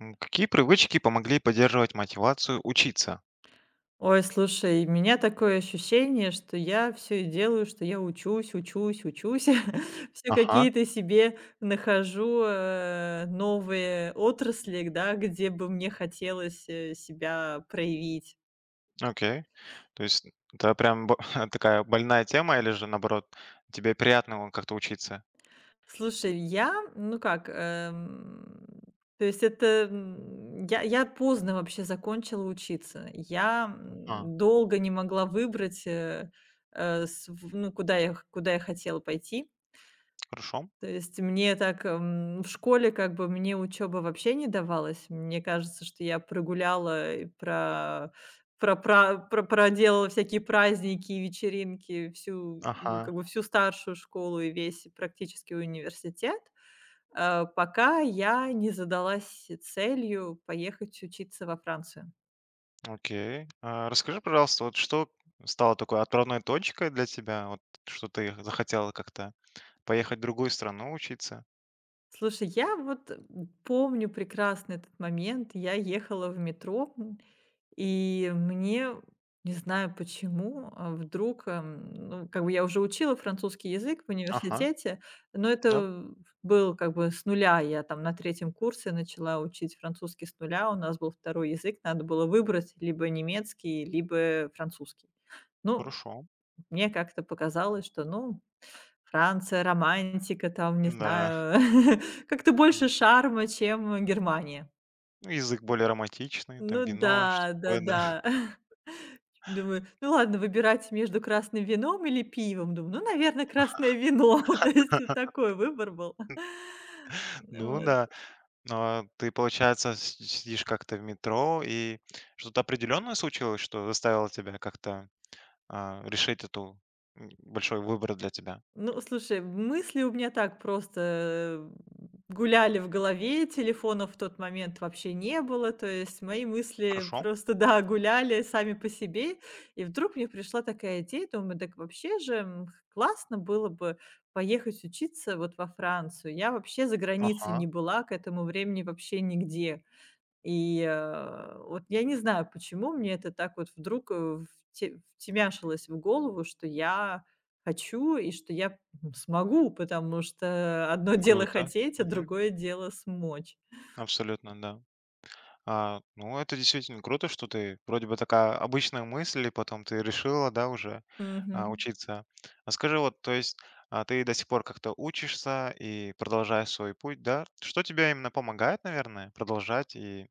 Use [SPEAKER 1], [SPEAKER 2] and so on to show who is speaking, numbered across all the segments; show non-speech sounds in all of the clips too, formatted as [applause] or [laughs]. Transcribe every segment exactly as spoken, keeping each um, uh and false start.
[SPEAKER 1] М, Какие привычки помогли поддерживать мотивацию учиться?
[SPEAKER 2] Ой, слушай, у меня такое ощущение, что я все и делаю, что я учусь, учусь, учусь. [laughs] Все
[SPEAKER 1] Ага,
[SPEAKER 2] какие-то себе нахожу, э, новые отрасли, да, где бы мне хотелось, э, себя проявить.
[SPEAKER 1] окей. То есть это прям бо- [laughs] такая больная тема, или же наоборот, тебе приятно вон как-то учиться?
[SPEAKER 2] Слушай, я, ну как, эм, то есть это, м, я я поздно вообще закончила учиться. Я,
[SPEAKER 1] А,
[SPEAKER 2] м, долго не могла выбрать, э, э, св ну, куда я х куда я хотела пойти.
[SPEAKER 1] Хорошо.
[SPEAKER 2] То есть мне так, эм, в школе как бы мне учеба вообще не давалась. Мне кажется, что я прогуляла и про про пра про проделала всякие праздники и вечеринки всю,
[SPEAKER 1] Ага,
[SPEAKER 2] ну, как бы всю старшую школу и весь практически университет, э, пока я не задалась целью поехать учиться во Францию.
[SPEAKER 1] окей. А, Расскажи, пожалуйста, вот что стало такой отправной точкой для тебя, вот что ты захотела как-то поехать в другую страну учиться?
[SPEAKER 2] Слушай, я вот, м, помню прекрасно этот момент. Я ехала в метро, и мне, не знаю почему, а, вдруг, эм, ну, как бы я уже учила французский язык в
[SPEAKER 1] Ага,
[SPEAKER 2] университете, но
[SPEAKER 1] да,
[SPEAKER 2] это был как бы с нуля. Я там на третьем курсе начала учить французский с нуля. У нас был второй язык, надо было выбрать либо немецкий, либо французский. Ну,
[SPEAKER 1] хорошо.
[SPEAKER 2] мне как-то показалось, что, ну, Франция, романтика, там, не
[SPEAKER 1] Да.
[SPEAKER 2] знаю, [laughs] как-то больше
[SPEAKER 1] М,
[SPEAKER 2] шарма, чем Германия.
[SPEAKER 1] ну, язык более романтичный, там
[SPEAKER 2] Ну
[SPEAKER 1] вино, что
[SPEAKER 2] да,
[SPEAKER 1] такое, да.
[SPEAKER 2] да-да. [laughs] Думаю, ну ладно, выбирать между красным вином или пивом. Думаю, ну, наверное, красное вино. [laughs] То есть вот такой выбор был. [laughs]
[SPEAKER 1] [laughs] Ну
[SPEAKER 2] Вот.
[SPEAKER 1] да. Но ты, получается, с сидишь как-то в метро, и что-то определенное случилось, что заставило тебя как-то, а, решить эту м, большой выбор для тебя?
[SPEAKER 2] Ну, слушай, мысли у меня так просто э, гуляли в голове, телефонов в тот момент вообще не было, то есть мои мысли
[SPEAKER 1] Хорошо.
[SPEAKER 2] просто, [laughs] да, гуляли сами по себе. И вдруг мне пришла такая идея, думаю, так вообще же м, классно было бы поехать учиться вот во Францию. Я вообще за границей
[SPEAKER 1] Ага.
[SPEAKER 2] не была к этому времени вообще нигде. И, э, вот я не знаю, почему мне это так вот вдруг, э, вте втемяшилось в голову, что я хочу и что я, м, смогу, потому что одно дело
[SPEAKER 1] Круто.
[SPEAKER 2] хотеть, а
[SPEAKER 1] Мгм.
[SPEAKER 2] другое дело смочь.
[SPEAKER 1] Абсолютно, да. А, ну, это действительно круто, что ты вроде бы такая обычная мысль, и потом ты решила, да, уже, а,
[SPEAKER 2] Мгм.
[SPEAKER 1] учиться. А скажи, вот, то есть, а, ты до сих пор как-то учишься и продолжаешь свой путь, да? Что тебе именно помогает, наверное, продолжать и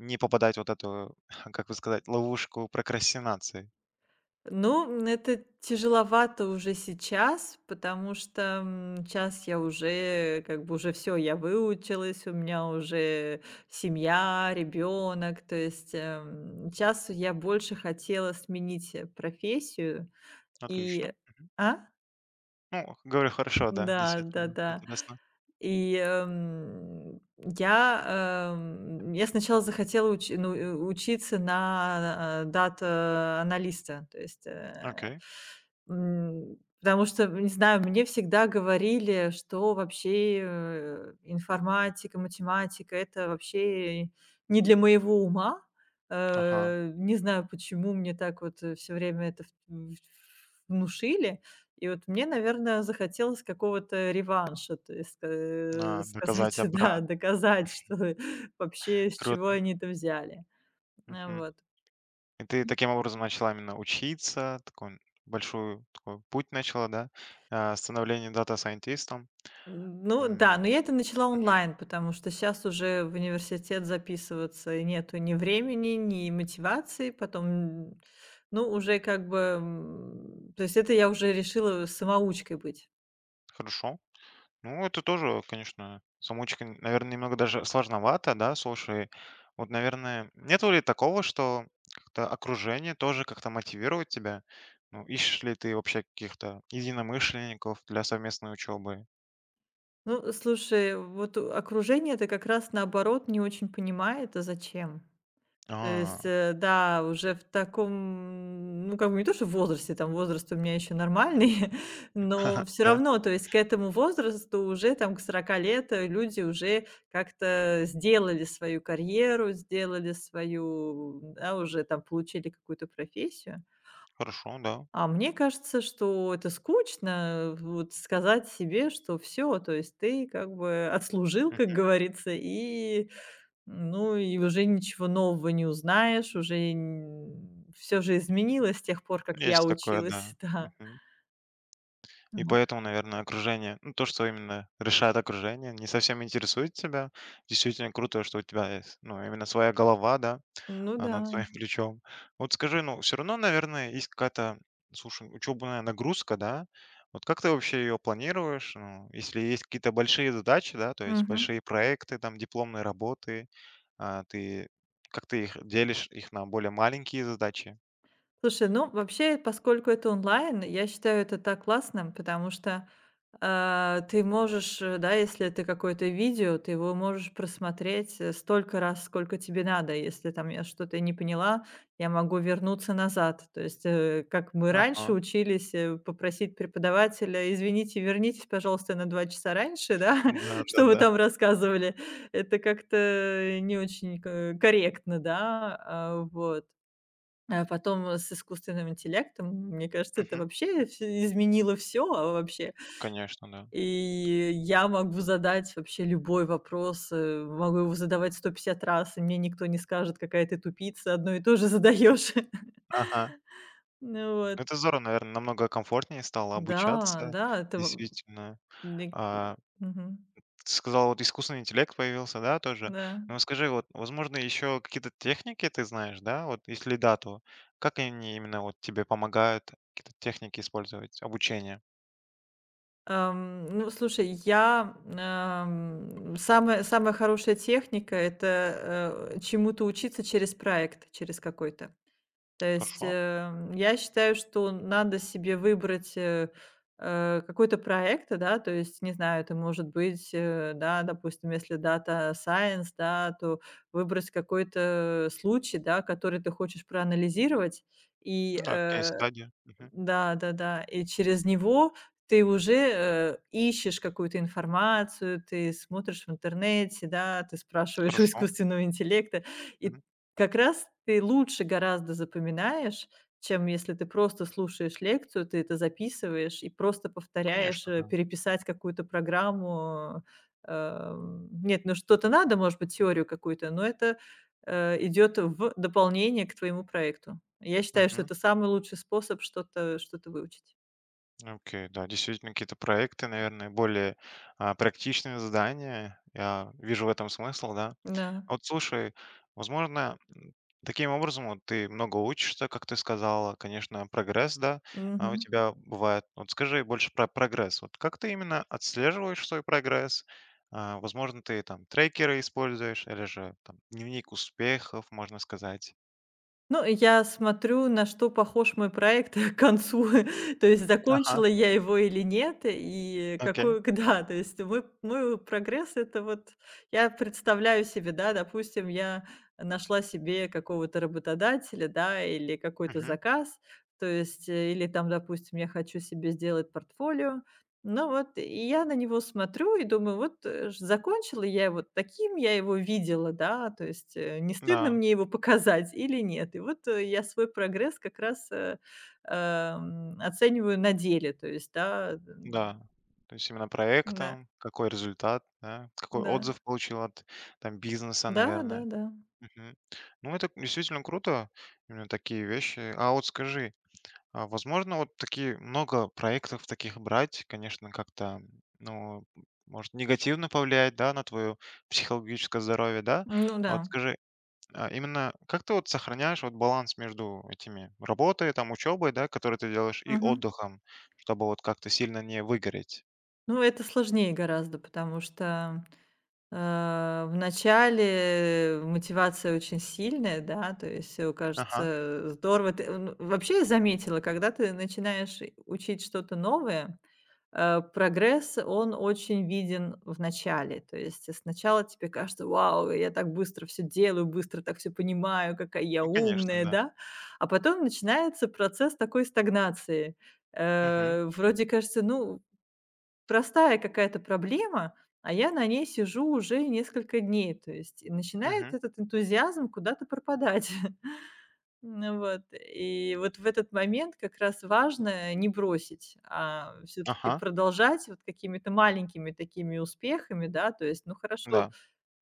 [SPEAKER 1] не попадать вот эту, [laughs] как бы сказать, ловушку прокрастинации.
[SPEAKER 2] Ну, это тяжеловато уже сейчас, потому что, м, щас я уже, как бы уже все, я выучилась, у меня уже семья, ребенок. То есть, эм, щас я больше хотела сменить, э, профессию и.
[SPEAKER 1] Отлично.
[SPEAKER 2] А?
[SPEAKER 1] Ну, говорю, хорошо, да,
[SPEAKER 2] Да,
[SPEAKER 1] действительно,
[SPEAKER 2] да-да.
[SPEAKER 1] интересно.
[SPEAKER 2] И, эм, я, эм, я сначала захотела уч ну, э, учиться на, э, дата-аналиста, то есть, э,
[SPEAKER 1] Окей,
[SPEAKER 2] м, потому что, не знаю, мне всегда говорили, что вообще, э, информатика, математика — это вообще не для моего ума.
[SPEAKER 1] ага,
[SPEAKER 2] Э, не знаю, почему мне так вот, все время это в в внушили. И вот мне, наверное, захотелось какого-то реванша, то есть ска э,
[SPEAKER 1] а, доказать
[SPEAKER 2] сказать, [laughs] да,
[SPEAKER 1] обратно.
[SPEAKER 2] доказать, что [laughs] вообще с чего
[SPEAKER 1] Круто,
[SPEAKER 2] они это взяли. А,
[SPEAKER 1] мгм.
[SPEAKER 2] вот.
[SPEAKER 1] И ты таким образом начала именно учиться, такой большой такой путь начала, да, а, становление дата-сайентистом.
[SPEAKER 2] Ну да,
[SPEAKER 1] М,
[SPEAKER 2] но я это начала
[SPEAKER 1] мгм,
[SPEAKER 2] онлайн, потому что сейчас уже в университет записываться и нету ни времени, ни мотивации. Потом, м, ну, уже как бы, м, то есть это я уже решила самоучкой быть.
[SPEAKER 1] хорошо. Ну, это тоже, конечно, самоучка, наверное, немного даже сложновато, да, слушай. Вот, наверное, нету ли такого, что как-то окружение тоже как-то мотивирует тебя? Ну, ищешь ли ты вообще каких-то единомышленников для совместной учебы?
[SPEAKER 2] Ну, слушай, вот у- окружение это как раз наоборот не очень понимает, а зачем? То
[SPEAKER 1] А,
[SPEAKER 2] есть, э, да, уже в таком, ну, как бы не то, что в возрасте, там возраст у меня еще нормальный, [laughs] но
[SPEAKER 1] [laughs]
[SPEAKER 2] все
[SPEAKER 1] да,
[SPEAKER 2] равно, то есть к этому возрасту уже там к сорока лет э, люди уже как-то сделали свою карьеру, сделали свою, да, уже там получили какую-то профессию.
[SPEAKER 1] хорошо, да.
[SPEAKER 2] А мне кажется, что это скучно, э, вот сказать себе, что все, то есть ты как бы отслужил, как
[SPEAKER 1] Мгм.
[SPEAKER 2] говорится, и, ну, и уже ничего нового не узнаешь, уже все же изменилось с тех пор, как я
[SPEAKER 1] Есть такое,
[SPEAKER 2] училась,
[SPEAKER 1] да.
[SPEAKER 2] [laughs] да.
[SPEAKER 1] Мгм. И
[SPEAKER 2] Ну да.
[SPEAKER 1] поэтому, наверное, окружение, ну, то, что именно решает окружение, не совсем интересует тебя. Действительно круто, что у тебя есть, ну, именно своя голова, да,
[SPEAKER 2] Ну
[SPEAKER 1] А,
[SPEAKER 2] да.
[SPEAKER 1] над своим [laughs] плечом. Вот скажи, ну, все равно, наверное, есть какая-то, слушай, учебная нагрузка, да? Вот как ты вообще ее планируешь? Ну, если есть какие-то большие задачи, да, то есть
[SPEAKER 2] Мгм.
[SPEAKER 1] большие проекты, там, дипломные работы, а, ты как ты их делишь их на более маленькие задачи?
[SPEAKER 2] Слушай, ну, вообще, поскольку это онлайн, я считаю это так классно, потому что. А, ты можешь, э, да, если это какое-то видео, ты его можешь просмотреть, э, столько раз, сколько тебе надо. Если там я что-то не поняла, я могу вернуться назад. То есть, э, как мы раньше
[SPEAKER 1] Ага.
[SPEAKER 2] учились, э, попросить преподавателя, извините, вернитесь, пожалуйста, на два часа раньше, да, [laughs] что вы
[SPEAKER 1] Да-да-да.
[SPEAKER 2] там рассказывали. Это как-то не очень ко- корректно, да, а, вот. А потом э, с искусственным интеллектом, мне кажется, это
[SPEAKER 1] Мгм.
[SPEAKER 2] вообще всё изменило, все вообще.
[SPEAKER 1] Конечно, да.
[SPEAKER 2] И я могу задать вообще любой вопрос, э, могу его задавать сто пятьдесят раз, и мне никто не скажет: «Какая ты тупица, одно и то же задаешь». [laughs]
[SPEAKER 1] Ага.
[SPEAKER 2] Ну вот.
[SPEAKER 1] Ну, это здорово, наверное, намного комфортнее стало
[SPEAKER 2] Да,
[SPEAKER 1] обучаться,
[SPEAKER 2] да, это в.
[SPEAKER 1] действительно.
[SPEAKER 2] Мне.
[SPEAKER 1] А
[SPEAKER 2] Мгм.
[SPEAKER 1] Ты сказал, вот искусственный интеллект появился, да, тоже.
[SPEAKER 2] Да.
[SPEAKER 1] Но скажи, вот, возможно, еще какие-то техники ты знаешь, да? Вот если да, то как они именно вот тебе помогают какие-то техники использовать, обучение?
[SPEAKER 2] Ам, ну, слушай, я, ам, самая самая хорошая техника — это, э, чему-то учиться через проект, через какой-то. То есть,
[SPEAKER 1] Хорошо.
[SPEAKER 2] эм, я считаю, что надо себе выбрать, э, э, какой-то проект, да, то есть, не знаю, это может быть, э, да, допустим, если data science, да, то выбрать какой-то э, случай, да, который ты хочешь проанализировать и,
[SPEAKER 1] Ну да,
[SPEAKER 2] э
[SPEAKER 1] кейс-стадия.
[SPEAKER 2] да-да-да. И через него ты уже, э, ищешь какую-то информацию, ты смотришь в интернете, да, ты спрашиваешь у
[SPEAKER 1] Хорошо.
[SPEAKER 2] искусственного интеллекта. И
[SPEAKER 1] Мгм.
[SPEAKER 2] как раз ты лучше гораздо запоминаешь, чем если ты просто слушаешь лекцию, ты это записываешь и просто
[SPEAKER 1] Ну,
[SPEAKER 2] повторяешь,
[SPEAKER 1] конечно,
[SPEAKER 2] э,
[SPEAKER 1] да.
[SPEAKER 2] переписать какую-то программу. Э, Эм, нет, ну что-то надо, может быть, теорию какую-то, но это э, идет в дополнение к твоему проекту. Я считаю, что
[SPEAKER 1] Мгм.
[SPEAKER 2] это самый лучший способ что-то что-то выучить.
[SPEAKER 1] Окей, да, действительно, какие-то проекты, наверное, более а, практичные задания. Я вижу в этом смысл, да.
[SPEAKER 2] Да.
[SPEAKER 1] А вот слушай, возможно, м, таким образом вот ты много учишься, как ты сказала, конечно, прогресс, да, а у
[SPEAKER 2] Мгм.
[SPEAKER 1] тебя бывает. Вот скажи больше про прогресс. Вот как ты именно отслеживаешь свой прогресс? А, возможно, ты там трекеры используешь или же там дневник успехов, можно сказать.
[SPEAKER 2] Ну, я смотрю, на что похож мой проект [laughs] к концу. [laughs] То есть
[SPEAKER 1] Ага,
[SPEAKER 2] закончила я его или нет, и
[SPEAKER 1] окей.
[SPEAKER 2] какой, [laughs] да, то есть мой мой прогресс — это вот я представляю себе, да, допустим, я нашла себе какого-то работодателя, да, или какой-то
[SPEAKER 1] Мгм.
[SPEAKER 2] заказ, то есть, э, или там, допустим, я хочу себе сделать портфолио. Ну вот, и я на него смотрю и думаю, вот, э, ж закончила я его таким, я его видела, да, то есть, э, не стыдно
[SPEAKER 1] Да,
[SPEAKER 2] мне его показать или нет. И вот, э, я свой прогресс как раз, э, эм, оцениваю на деле, то есть, да, м,
[SPEAKER 1] да. То есть именно
[SPEAKER 2] да,
[SPEAKER 1] проектом, какой результат, да, какой
[SPEAKER 2] да,
[SPEAKER 1] отзыв получил от там бизнеса, наверное.
[SPEAKER 2] да-да-да,
[SPEAKER 1] Мгм. Ну, это действительно круто, именно такие вещи. А вот скажи, а возможно, вот такие много проектов таких брать, конечно, как-то, ну, может негативно повлиять, да, на твое психологическое здоровье, да?
[SPEAKER 2] ну
[SPEAKER 1] А
[SPEAKER 2] да,
[SPEAKER 1] вот скажи, а именно как ты вот сохраняешь вот баланс между этими работой, там, учебой, да, которую ты делаешь, и
[SPEAKER 2] мгм.
[SPEAKER 1] отдыхом, чтобы вот как-то сильно не выгореть?
[SPEAKER 2] Ну, это сложнее гораздо, потому что Э, в начале мотивация очень сильная, да, то есть все
[SPEAKER 1] Ага,
[SPEAKER 2] кажется здорово. Ты, ну, вообще я заметила, когда ты начинаешь и- учить что-то новое, э, прогресс, он очень виден в начале. То есть сначала тебе кажется: «Вау, я так быстро все делаю, быстро так все понимаю, какая я
[SPEAKER 1] ну, конечно,
[SPEAKER 2] умная»,
[SPEAKER 1] да.
[SPEAKER 2] да. А потом начинается процесс такой стагнации.
[SPEAKER 1] Мгм,
[SPEAKER 2] Э, вроде кажется, ну, простая какая-то проблема, а я на ней сижу уже несколько дней. То есть и начинает
[SPEAKER 1] мгм.
[SPEAKER 2] этот энтузиазм куда-то пропадать. [laughs] Ну вот, и вот в этот момент как раз важно не бросить, а все-таки
[SPEAKER 1] Ага,
[SPEAKER 2] продолжать вот какими-то маленькими такими успехами, да, то есть, ну хорошо,
[SPEAKER 1] да,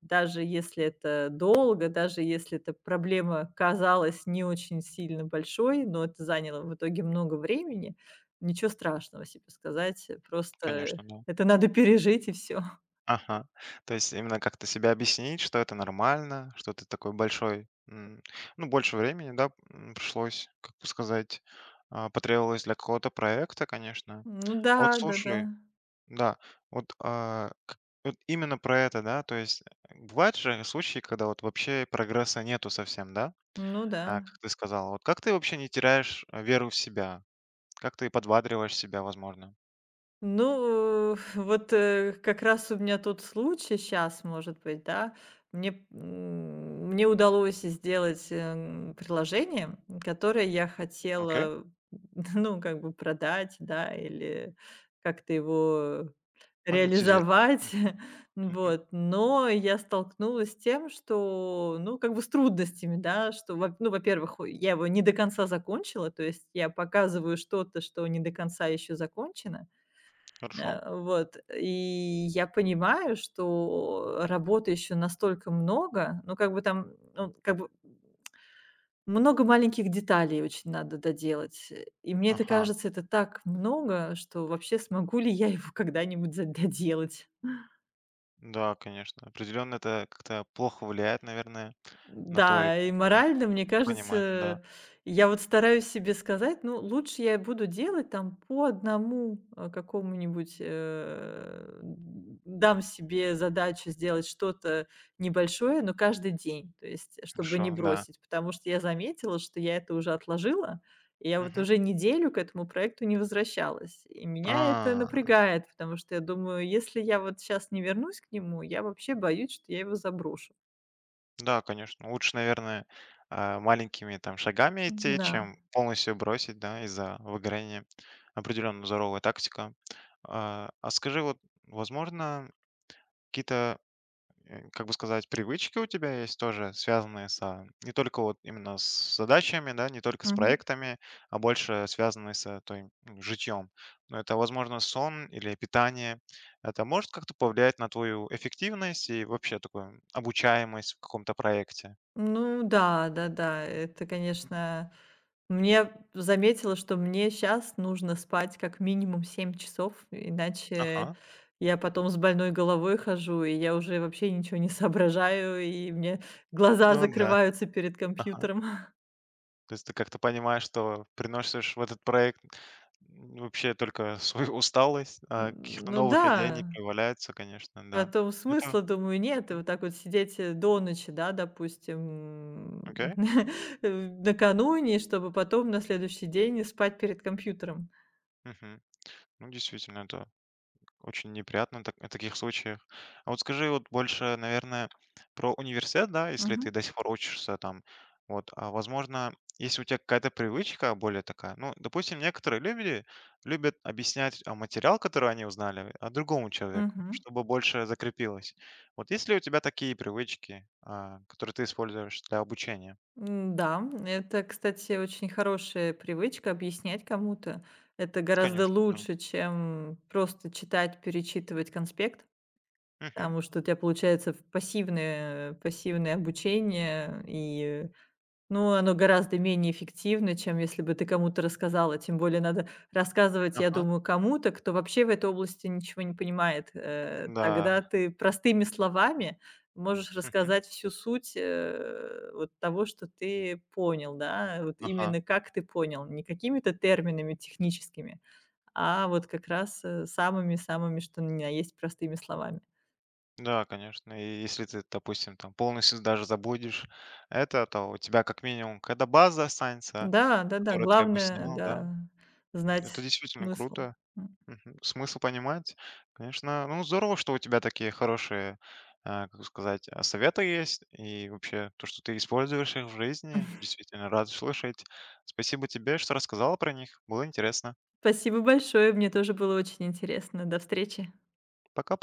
[SPEAKER 2] даже если это долго, даже если эта проблема казалась не очень сильно большой, но это заняло в итоге много времени, ничего страшного себе сказать. Просто
[SPEAKER 1] конечно, да.
[SPEAKER 2] это надо пережить и все.
[SPEAKER 1] Ага. То есть именно как-то себе объяснить, что это нормально, что ты такой большой, м, ну, больше времени, да, м, пришлось, как бы сказать, а, потребовалось для какого-то проекта, конечно.
[SPEAKER 2] Ну да,
[SPEAKER 1] Вот
[SPEAKER 2] да-да.
[SPEAKER 1] слушай, да, вот, а, к- вот именно про это, да, то есть э, бывают же случаи, когда вот вообще прогресса нету совсем, да,
[SPEAKER 2] Ну да.
[SPEAKER 1] а, как ты сказал, вот как ты вообще не теряешь э, веру в себя, как ты подбадриваешь себя, возможно,
[SPEAKER 2] Ну, э, вот, э, как раз у меня тот случай сейчас, может быть, да. Мне, м, мне удалось сделать, эм, приложение, которое я
[SPEAKER 1] окей,
[SPEAKER 2] хотела, [laughs] ну, как бы продать, да, или как-то его
[SPEAKER 1] монетизировать,
[SPEAKER 2] реализовать.
[SPEAKER 1] мгм.
[SPEAKER 2] [laughs]
[SPEAKER 1] Мгм.
[SPEAKER 2] Вот, но я столкнулась с тем, что, ну, как бы с трудностями, да, что, во ну, во-первых, я его не до конца закончила, то есть я показываю что-то, что не до конца еще закончено.
[SPEAKER 1] Хорошо,
[SPEAKER 2] Э, вот, и я понимаю, что работы еще настолько много, ну, как бы там, ну, как бы много маленьких деталей очень надо доделать. Э, и мне это
[SPEAKER 1] ага.
[SPEAKER 2] кажется, это так много, что вообще смогу ли я его [laughs] когда-нибудь за доделать?
[SPEAKER 1] Да, конечно. Определенно это как-то плохо влияет, наверное, на твое
[SPEAKER 2] Да, и морально, мне
[SPEAKER 1] понимание, да.
[SPEAKER 2] кажется, я вот стараюсь себе сказать, ну, лучше я буду делать там по одному, э, какому-нибудь, э, дам себе задачу сделать что-то небольшое, но каждый день, то есть, э, чтобы не
[SPEAKER 1] Хорошо, да.
[SPEAKER 2] бросить, потому что я заметила, что я это уже отложила, и я вот
[SPEAKER 1] Мгм.
[SPEAKER 2] уже неделю к этому проекту не возвращалась. И меня это
[SPEAKER 1] А,
[SPEAKER 2] напрягает, потому что я думаю, если я вот сейчас не вернусь к нему, я вообще боюсь, что я его заброшу.
[SPEAKER 1] да, конечно. Лучше, наверное, а, маленькими там шагами идти,
[SPEAKER 2] Да.
[SPEAKER 1] чем полностью бросить, да, из-за выгорания. Определенно здоровая тактика. А а скажи, вот, возможно, какие-то э, как бы сказать, привычки у тебя есть тоже, связанные со, не только вот именно с задачами, да, не только с
[SPEAKER 2] Мгм.
[SPEAKER 1] проектами, а больше связанные с э, той, м, житьем. Но это, возможно, сон или питание. Это может как-то повлиять на твою эффективность и вообще такую обучаемость в каком-то проекте?
[SPEAKER 2] Ну да, да-да, это, конечно. Мне заметила, что мне сейчас нужно спать как минимум семь часов, иначе
[SPEAKER 1] Ага,
[SPEAKER 2] я потом с больной головой хожу, и я уже вообще ничего не [laughs] соображаю, и мне глаза
[SPEAKER 1] ну да,
[SPEAKER 2] закрываются перед
[SPEAKER 1] ага.
[SPEAKER 2] компьютером.
[SPEAKER 1] То есть ты как-то понимаешь, что приносишь в этот проект м, вообще только свою [laughs] усталость, а каких-то
[SPEAKER 2] Ну
[SPEAKER 1] новых
[SPEAKER 2] да,
[SPEAKER 1] идей не появляется, конечно, да.
[SPEAKER 2] потом
[SPEAKER 1] Это
[SPEAKER 2] смысла, думаю, нет. И
[SPEAKER 1] мгм,
[SPEAKER 2] вот так вот сидеть, э, до ночи, да, допустим, [laughs]
[SPEAKER 1] окей.
[SPEAKER 2] м, э, накануне, чтобы потом на следующий день спать перед компьютером.
[SPEAKER 1] Мгм. Ну, действительно, это очень неприятно так- в таких случаях. А вот скажи вот больше, наверное, про университет, да, если ты
[SPEAKER 2] Мгм.
[SPEAKER 1] до сих пор учишься там, вот, а возможно, если у тебя какая-то привычка более такая, ну, допустим, некоторые люди любят объяснять а, материал, который они узнали, а другому человеку,
[SPEAKER 2] Мгм.
[SPEAKER 1] чтобы больше закрепилось. Вот есть ли у тебя такие привычки, а, которые ты используешь для обучения?
[SPEAKER 2] М, Да, это, кстати, очень хорошая привычка объяснять кому-то. Это гораздо
[SPEAKER 1] Конечно, да.
[SPEAKER 2] лучше, чем просто читать, перечитывать конспект,
[SPEAKER 1] Мгм.
[SPEAKER 2] потому что у тебя получается в пассивное, пассивное обучение, и. Ну, оно гораздо менее эффективно, чем если бы ты кому-то рассказала. Тем более надо рассказывать, я
[SPEAKER 1] Ага.
[SPEAKER 2] думаю, кому-то, кто вообще в этой области ничего не понимает. Э,
[SPEAKER 1] Да.
[SPEAKER 2] Тогда ты простыми словами можешь
[SPEAKER 1] Мгм.
[SPEAKER 2] рассказать всю суть, э, вот того, что ты понял, да, вот
[SPEAKER 1] Ага.
[SPEAKER 2] именно как ты понял, не какими-то терминами техническими, а вот как раз э, самыми-самыми, что ни на есть простыми словами.
[SPEAKER 1] Да, конечно. И если ты, допустим, там полностью даже забудешь это, то у тебя как минимум какая-то база останется,
[SPEAKER 2] Да, да, да,
[SPEAKER 1] которую ты
[SPEAKER 2] главное,
[SPEAKER 1] объяснял, да.
[SPEAKER 2] да,
[SPEAKER 1] Это
[SPEAKER 2] знать
[SPEAKER 1] действительно
[SPEAKER 2] смысл.
[SPEAKER 1] круто.
[SPEAKER 2] М.
[SPEAKER 1] Мгм. Смысл понимать. Конечно, ну здорово, что у тебя такие хорошие, а, как сказать, а, советы есть. И вообще то, что ты используешь их в жизни. Действительно рад слышать. Спасибо тебе, что рассказала про них. Было интересно.
[SPEAKER 2] Спасибо большое, мне тоже было очень интересно. До встречи.
[SPEAKER 1] Пока-пока.